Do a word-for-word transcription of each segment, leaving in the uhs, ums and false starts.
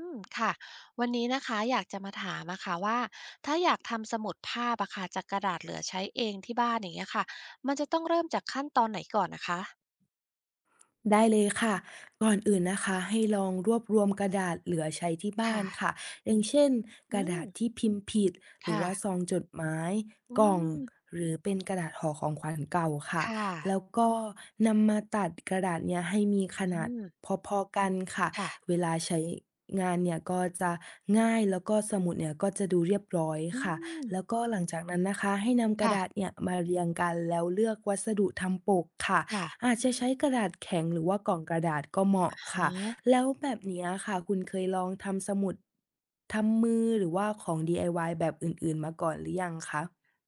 อืมค่ะวันนี้นะคะอยากจะมาถามอะค่ะว่าถ้าอยากทำสมุดภาพอะค่ะจากกระดาษเหลือใช้เองที่บ้านอย่างเงี้ยค่ะมันจะต้องเริ่มจากขั้นตอนไหนก่อนนะคะได้เลยค่ะก่อนอื่นนะคะให้ลองรวบรวมกระดาษเหลือใช้ที่บ้านค่ะค่ะอย่างเช่นกอืระมดาษที่พิมพ์ผิดหรือค่ะว่าซองจดหมายอืกล่องมหรือเป็นกระดาษห่อของขวัญเก่าค่ะค่ะแล้วก็นำมาตัดกระดาษเนี้ยให้มีขอืนาดมพอๆกันค่ะค่ะเวลาใช้งานเนี่ยก็จะง่ายแล้วก็สมุดเนี่ยก็จะดูเรียบร้อยอืค่ะมแล้วก็หลังจากนั้นนะคะให้นำกระค่ะดาษเนี่ยมาเรียงกันแล้วเลือกวัสดุทำปกค่ะ ค่ะอาจจะใช้กระดาษแข็งหรือว่ากล่องกระดาษก็เหมาะค่ะอ แล้วแบบเนี้ยค่ะคุณเคยลองทำสมุดทำมือหรือว่าของ ดี ไอ วาย แบบอื่นๆมาก่อนหรือยังคะ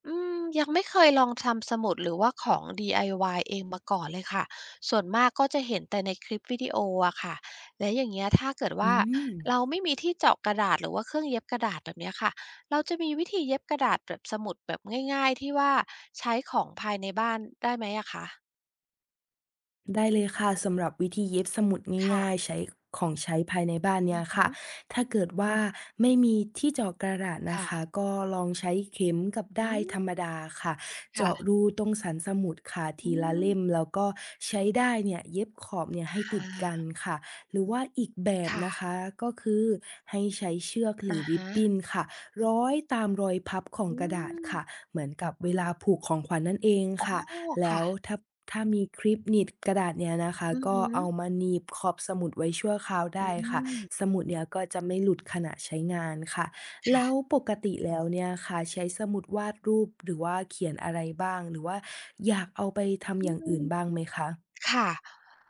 อืมยังไม่เคยลองทำสมุดหรือว่าของ ดี ไอ วาย เองมาก่อนเลยค่ะส่วนมากก็จะเห็นแต่ในคลิปวิดีโออะค่ะ แล้วอย่างเงี้ยถ้าเกิดอืว่าม เราไม่มีที่เจาะกระดาษหรือว่าเครื่องเย็บกระดาษแบบเนี้ยค่ะเราจะมีวิธีเย็บกระดาษแบบสมุดแบบง่ายๆที่ว่าใช้ของภายในบ้านได้ไหมอะคะได้เลยค่ะสำหรับวิธีเย็บสมุดง่ายค่ะๆใช้ของใช้ภายในบ้านอืเนี่อยฮึค่ะถ้าเกิดว่าไม่มีที่เจาะกระดาษนะคะค่ะก็ลองใช้เข็มกับอืด้ายมธรรมดาค่ะเจาะค่ะรูตรงสันสมุดค่ะอืทีละเล่มมแล้วก็ใช้ด้ายเนี่ยเย็บขอบเนี่ยให้ติดกันอาค่ะหรือว่าอีกแบบนะค่ะคะก็คือให้ใช้เชือกหรือะอริบฮะบิ้นค่ะร้อยตามรอยพับของอืกระดาษค่ะมเหมือนกับเวลาผูกของขวัญนั่นเองอ๋อค่ะ แล้ค่ะวถ้าถ้ามีคลิปหนีบกระดาษเนี่ยนะคะอือก็ฮึเอามาหนีบขอบสมุดไว้ชั่วคราวอืได้ค่ะมสมุดเนี่ยก็จะไม่หลุดขณะใช้งานค่ะแล้วค่ะปกติแล้วเนี่ยค่ะใช้สมุดวาดรูปหรือว่าเขียนอะไรบ้างหรือว่าอยากเอาไปทำอือย่างอื่ม นบ้างไหมคะค่ะ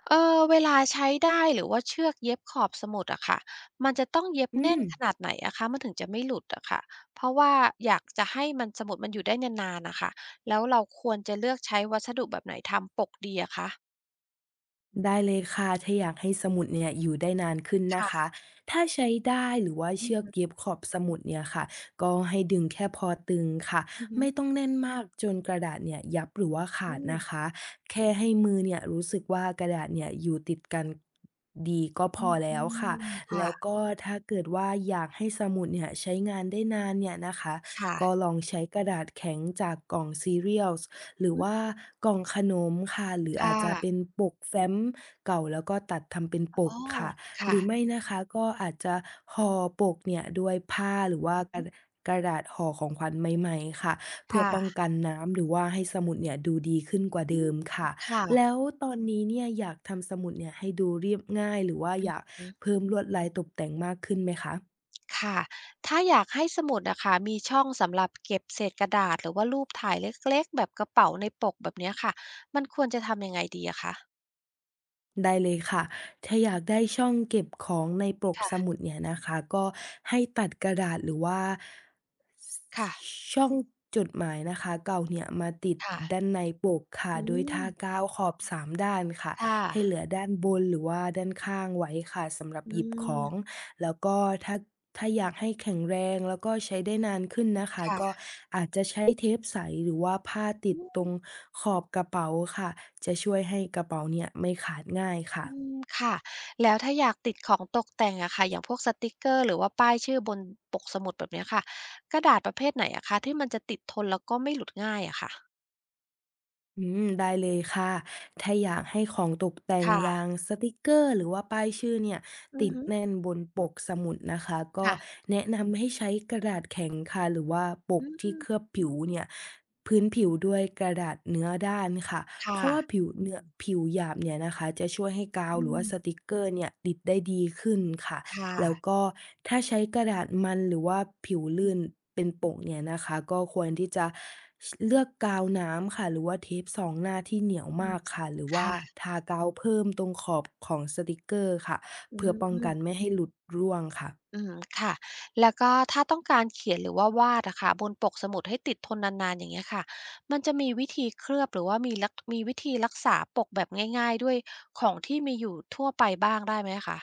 เออเวลาใช้ได้หรือว่าเชือกเย็บขอบสมุดอะค่ะมันจะต้องเย็บอืแน่นม ขนาดไหนอะคะมันถึงจะไม่หลุดอะค่ะเพราะว่าอยากจะให้มันสมุดมันอยู่ได้นานๆนะคะแล้วเราควรจะเลือกใช้วัสดุแบบไหนทำปกดีอะคะได้เลยค่ะถ้าอยากให้สมุดเนี่ยอยู่ได้นานขึ้นนะค่ะคะถ้าใช้ได้หรือว่าอือเชือกฮึเย็บขอบสมุดเนี่ยค่ะก็ให้ดึงแค่พอตึงค่ะอือฮึไม่ต้องแน่นมากจนกระดาษเนี่ยยับหรือว่าอืขาดมนะคะแค่ให้มือเนี่ยรู้สึกว่ากระดาษเนี่ยอยู่ติดกันดีก็พอือมอืแล้วค่ะมค่ะแล้วก็ถ้าเกิดว่าอยากให้สมุดเนี่ยใช้งานได้นานเนี่ยนะคะค่ะก็ลองใช้กระดาษแข็งจากกล่องซีเรียล หรือือว่ามกล่องขนมค่ะหรืออาจค่ะจะเป็นปกแฟ้มเก่าแล้วก็ตัดทำเป็นอปกอค่ะหค่ะรือไม่นะคะก็อาจจะห่อปกเนี่ยด้วยผ้าหรือว่ากระออกระดาษห่อของขวัญใหม่ๆค่ะเพื่อป้องค่ะกันน้ำหรือว่าให้สมุดเนี่ยดูดีขึ้นกว่าอืเดิมมค่ะค่ะ แล้วตอนนี้เนี่ยอยากทำสมุดเนี่ยให้ดูเรียบง่ายหรือว่าอยากเพิ่มลวดลายตกแต่งมากขึ้นไหมคะ ค่ะถ้าอยากให้สมุดอะค่ะมีช่องสำหรับเก็บเศษกระดาษหรือว่ารูปถ่ายเล็กๆแบบกระเป๋าในปกแบบเนี้ยค่ะมันควรจะทำยังไงดีอะคะได้เลยค่ะถ้าอยากได้ช่องเก็บของในปกสค่ะมุดเนี่ยนะคะก็ให้ตัดกระดาษหรือว่าค่ะช่องจดหมายนะคะเก่าเนี่ยมาติดค่ะด้านในปกค่ะอืโดยมทากาวขอบสามด้านค่ะค่ะให้เหลือด้านบนหรือว่าด้านข้างไว้ค่ะสำหรับอืหยิบของ มแล้วก็ถ้าถ้าอยากให้แข็งแรงแล้วก็ใช้ได้นานขึ้นนะคะก็ ค่ะอาจจะใช้เทปใสหรือว่าผ้าติอืดตมรงขอบกระเป๋าค่ะจะช่วยให้กระเป๋าเนี่ยไม่ขาดง่ายค่ะอืมค่ะแล้วถ้าอยากติดของตกแต่งอะค่ะอย่างพวกสติกเกอร์หรือว่าป้ายชื่อบนปกสมุดแบบเนี้ยค่ะกระดาษประเภทไหนอะคะที่มันจะติดทนแล้วก็ไม่หลุดง่ายอะค่ะอืมได้เลยค่ะถ้าอยากให้ของตกแต่งอย่าค่ะงสติกเกอร์หรือว่าป้ายชื่อเนี่ยอือติดฮึแน่นบนปกสมุดนะคะก็ค่ะแนะนำให้ใช้กระดาษแข็งค่ะหรือว่าปอืกที่มเคลือบผิวเนี่ยพื้นผิวด้วยกระดาษเนื้อด้านค่ะเพค่ะราะว่าผิวเนื้อผิวหยาบเนี่ยนะคะจะช่วยให้กาวอืหรือมว่าสติกเกอร์เนี่ยติดได้ดีขึ้นค่ะ ค่ะแล้วก็ถ้าใช้กระดาษมันหรือว่าผิวอืลื่นอเป็นโปกเนี่ยนะคะก็ควรที่จะชเลือกกาวน้ำค่ะหรือว่าเทปสองหน้าที่เหนียวอืม มากค่ะหรือว่าค่ะทากาวเพิ่มตรงขอบของสติกเกอร์ค่ะอืเพื่อป้องกันมไม่ให้หลุดร่วงค่ะ อืมค่ะแล้วก็ถ้าต้องการเขียนหรือว่าวาดอะค่ะบนปกสมุดให้ติดทนนานๆอย่างเงี้ยค่ะมันจะมีวิธีเคลือบหรือว่ามีลักมีวิธีรักษาปกแบบง่ายๆด้วยของที่มีอยู่ทั่วไปบ้างได้ไหมคะ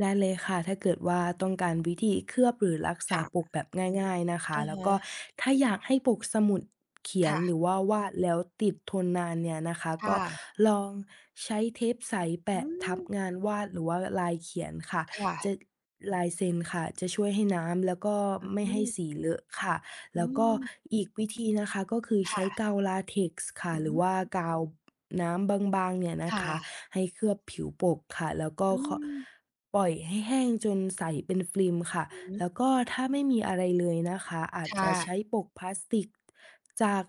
ได้เลยค่ะถ้าเกิดว่าต้องการวิธีเคลือบหรือรักษาปค่ะกแบบง่ายๆนะคะอะแล้วฮะก็ถ้าอยากให้ปกสมุดเขียนหค่ะรือว่าวาดแล้วติดทนนานเนี่ยนะคะก็ค่ะลองใช้เทปใสอืแปะทับมงานวาดหรือว่าลายเขียนค่ะค่ะจะลายเซ็นค่ะจะช่วยให้น้ำแล้วก็อไม่ืให้มสีเลอะค่ะอืแล้วก็มอีกวิธีนะคะก็คือค่ะใช้กาวลาเท็กซ์ค่ะอือหรืฮึอว่ากาวน้ำบางๆเนี่ยนะคะค่ะให้เคลือบผิวปกค่ะแล้วก็อืขอ มปล่อยให้แห้งจนใสเป็นฟิล์มค่ะอือฮึแล้วก็ถ้าไม่มีอะไรเลยนะคะอาจค่ะจะใช้ปกพลาสติกจาก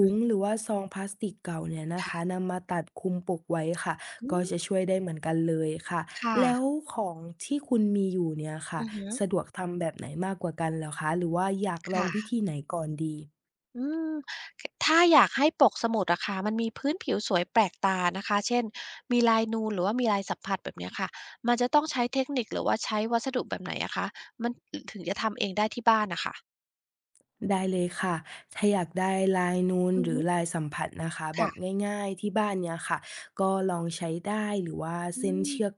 อืุงมหรือว่าซองพลาสติกเก่าเนี่ยนะคะค่ะนำมาตัดคลุมปกไว้ค่ะอืก็จะมช่วยได้เหมือนกันเลยค่ะค่ะแล้วของที่คุณมีอยู่เนี่ยค่ะอือฮึสะดวกทำแบบไหนมากกว่ากันเหรอคะหรือว่าอยากลองวิค่ะ ธีไหนก่อนดี อืมคถ้าอยากให้ปกสมุดอะค่ะมันมีพื้นผิวสวยแปลกตานะคะ เช่น มีลายนูนหรือว่ามีลายสัมผัสแบบเนี้ยค่ะ มันจะต้องใช้เทคนิคหรือว่าใช้วัสดุแบบไหนอะคะ มันถถึงจะทำเองได้ที่บ้านน่ะค่ะได้เลยค่ะ ถ้าอยากได้ลายนูนอือหรืฮึอลายสัมผัสนะคะแบค่ะบง่ายๆที่บ้านเนี่ยค่ะก็ลองใช้ได้หรือว่าอืเส้นมเชือก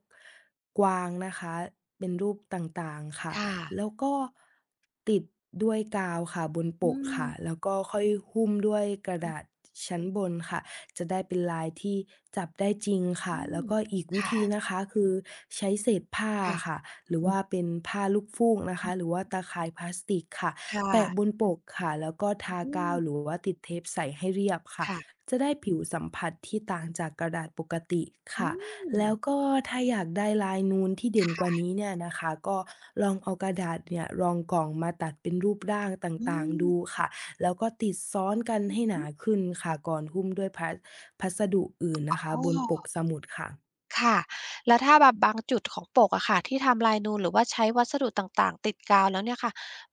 กวางนะคะเป็นรูปต่างๆค่ะค่ะแล้วก็ติดด้วยกาวค่ะบนปอืกมค่ะแล้วก็ค่อยหุ้มด้วยกระอือดาษชั้นบนค่ะจะได้เป็นลายที่จับได้จริงอืค่ะแล้มวก็อีกวิธีค่ะนะคะคือใช้เศษผ้าค่ะค่ะหรือว่าเป็นผ้าลูกฟูกนะอือคะหรือว่าตาข่ายพลาสติกค่ะ ค่ะแปะบนปกค่ะแล้วก็ทาอืมกาวหรือว่าติดเทปใสให้เรียบค่ะค่ะจะได้ผิวสัมผัสที่ต่างจากกระดาษปกติอืค่ะมแล้วก็ถ้าอยากได้ลายนูนที่เด่นกว่านี้เนี่ยนะคะก็ลองเอากระดาษเนี่ยรองกล่องมาตัดเป็นรูปร่างตอื่ามงๆดูค่ะแล้วก็ติดซ้อนกันให้หอือนาขึ้นค่ะก่อนหุ้มด้วยพลาสพัสดุอื่นนะคะอ้บนปกอ สมุดค่ะ ค่ะ แล้วถ้าแบบบางจุดของปกอะค่ะที่ทำลายนูนหรือว่าใช้วัสดุต่างๆติดกาวแล้วเนี่ยค่ะ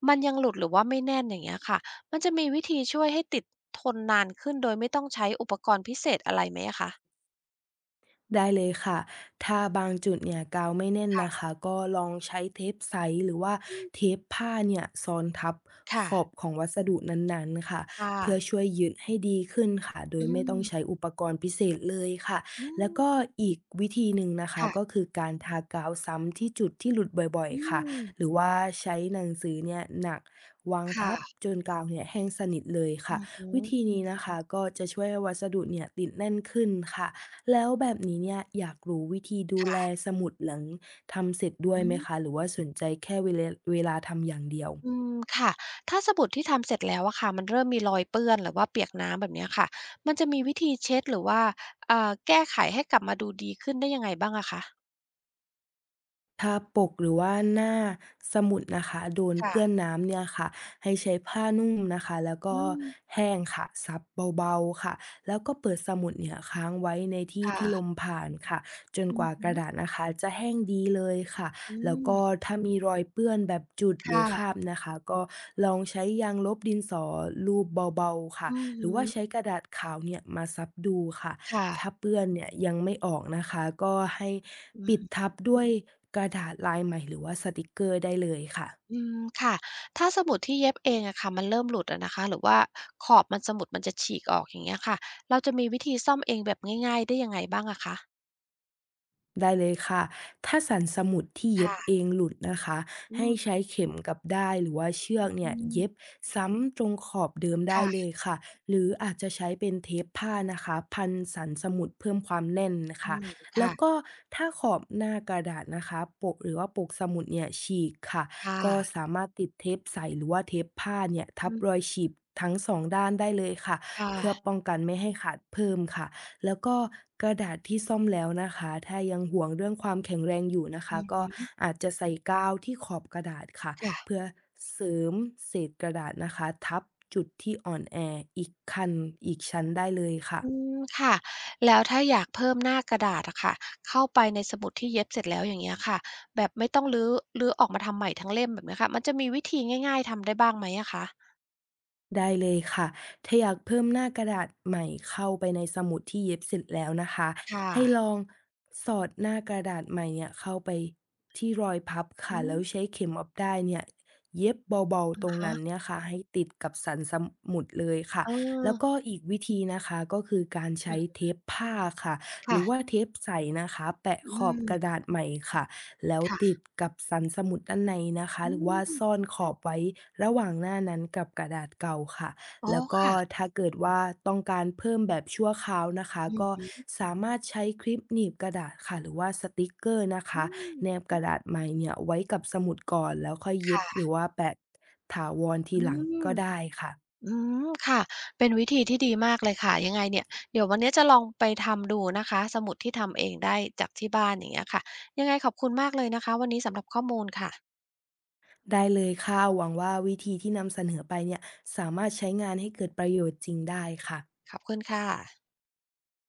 มันยังหลุดหรือว่าไม่แน่นอย่างเงี้ยค่ะมันจะมีวิธีช่วยให้ติดทนนานขึ้นโดยไม่ต้องใช้อุปกรณ์พิเศษอะไรไหมอะคะได้เลยค่ะ ถ้าบางจุดเนี่ยกาวไม่แน่นนะค่ะคะก็ลองใช้เทปใสหรือว่าเทปผ้าเนี่ยซ้อนทับขค่ะอบของวัสดุนั้นๆค่ะค่ะเพื่อช่วยยึดให้ดีขึ้นค่ะโดอืยไม่มต้องใช้อุปกรณ์พิเศษเลยค่ะอืแล้มวก็อีกวิธีหนึ่งนะคะก็ค่ะคือการทากาวซ้ำที่จุดที่หลุดบ่อยอืๆค่ะมหรือว่าใช้หนังสือเนี่ยหนักวางทับค่ะจนกาวเนี่ยแห้งสนิทเลยอืค่ะอฮึวิธีนี้นะคะก็จะช่วยให้วัสดุเนี่ยติดแน่นขึ้นค่ะ แล้วแบบนี้เนี่ยอยากรู้วิธีดูแลค่ะสมุดหลังทำเสร็จด้วอืยไหมม คะหรือว่าสนใจแค่เวลาเวลาทำอย่างเดียว อืมค่ะถ้าสบู่ที่ทำเสร็จแล้วอะค่ะมันเริ่มมีรอยเปื้อนหรือว่าเปียกน้ำแบบเนี้ยค่ะมันจะมีวิธีเช็ดหรือว่าเอ่าแก้ไขให้กลับมาดูดีขึ้นได้ยังไงบ้างอะคะถ้าปกหรือว่าหน้าสมุดนะคะโดนเปื้อค่ะนน้ำเนี่ยค่ะให้ใช้ผ้านุ่มนะคะแล้วก็อืมแห้งค่ะซับเบาๆค่ะแล้วก็เปิดสมุดเนี่ยค้างไว้ในที่ที่ลมค่ะผ่านค่ะจนอืกอว่ากฮึระดาษนะคะจะแห้งดีเลยค่ะอืแล้วมก็ถ้ามีรอยเปื้อนแบบจุดหรือคราค่ะบนะคะก็ลองใช้ยางลบดินสอลูบเบาๆค่ะอือหฮึรือว่าใช้กระดาษขาวเนี่ยมาซับดูค่ะ ค่ะถ้าเปื้อนเนี่ยยังไม่ออกนะคะก็ให้อือปิดฮึทับด้วยกระดาษลายใหม่หรือว่าสติกเกอร์ได้เลยค่ะ อืมค่ะถ้าสบู่ที่เย็บเองอะค่ะมันเริ่มหลุดอะนะคะหรือว่าขอบมันสบู่มันจะฉีกออกอย่างเงี้ยค่ะเราจะมีวิธีซ่อมเองแบบง่ายๆได้ยังไงบ้างอะคะได้เลยค่ะถ้าสันสมุดที่เย็บเอค่ะงหลุดนะคะอืให้มใช้เข็มกับด้ายหรือว่าเชืออกเนี่ยืเย็บมซ้ำตรงขอบเดิมได้เลค่ะยค่ะหรืออาจจะใช้เป็นเทปผ้านะคะพันสันสมุดเพิ่มความแน่นนะอืคะมแล้ค่ะวก็ถ้าขอบหน้ากระดาษนะคะปกหรือว่าปกสมุดเนี่ยฉีกค่ะค่ะก็สามารถติดเทปใสหรือว่าเทปผ้าเนี่ยอืทับรอม ยฉีกทั้งสองด้านได้เลยค่ะเพื่อค่ะป้องกันไม่ให้ขาดเพิ่มค่ะ แล้วก็กระดาษที่ซ่อมแล้วนะคะ ถ้ายังห่วงเรื่องความแข็งแรงอยู่นะอืคะ ก็มอาจจะใส่กาวที่ขอบกระดาษค่ะ ค่ะเพื่อเสริมเศษกระดาษนะคะทับจุดที่อ่อนแออีกคันอีกชั้นได้เลยค่ะ อืมค่ะแล้วถ้าอยากเพิ่มหน้ากระดาษอะค่ะเข้าไปในสมุดที่เย็บเสร็จแล้วอย่างเงี้ยค่ะแบบไม่ต้องรื้อรื้อออกมาทำใหม่ทั้งเล่มแบบเนี้ยค่ะมันจะมีวิธีง่ายๆทำได้บ้างไหมอะคะได้เลยค่ะถ้าอยากเพิ่มหน้ากระดาษใหม่เข้าไปในสมุดที่เย็บเสร็จแล้วนะคะค่ะให้ลองสอดหน้ากระดาษใหม่เนี่ยเข้าไปที่รอยพับอืค่ะแล้วมใช้เข็มออบได้เนี่ยเย็บเบาๆอะตรงฮะนั้นเนี่ยค่ะให้ติดกับสันสมุดเลยค่ะเออแล้วก็อีกวิธีนะคะก็คือการอืใช้มเทปผ้าค่ะหค่ะรือว่าเทปใสนะคะแปะขอือบกระมดาษใหม่ค่ะ แล้วติดค่ะกับสันสมุดด้านในนะคะอืหรือว่ามซ่อนขอบไว้ระหว่างหน้านั้นกับกระดาษเก่าค่ะอ๋อแล้วก็ค่ะถ้าเกิดว่าต้องการเพิ่มแบบชั่วคราวนะคะอือก็ฮสามารถใช้คลิปหนีบกระดาษค่ะหรือว่าสติกเกอร์นะคะึแนบกระดาษใหม่เนี่ยไว้กับสมุดก่อนแล้วค่อยเย็บค่ะหรือว่าแปะถาวรทีอืหลังม ก็ได้ค่ะอืมค่ะเป็นวิธีที่ดีมากเลยค่ะยังไงเนี่ยเดี๋ยววันนี้จะลองไปทำดูนะคะสมุดที่ทำเองได้จากที่บ้านอย่างเงี้ยค่ะยังไงขอบคุณมากเลยนะคะวันนี้สำหรับข้อมูลค่ะได้เลยค่ะหวังว่าวิธีที่นำเสนอไปเนี่ยสามารถใช้งานให้เกิดประโยชน์จริงได้ค่ะขอบคุณค่ะ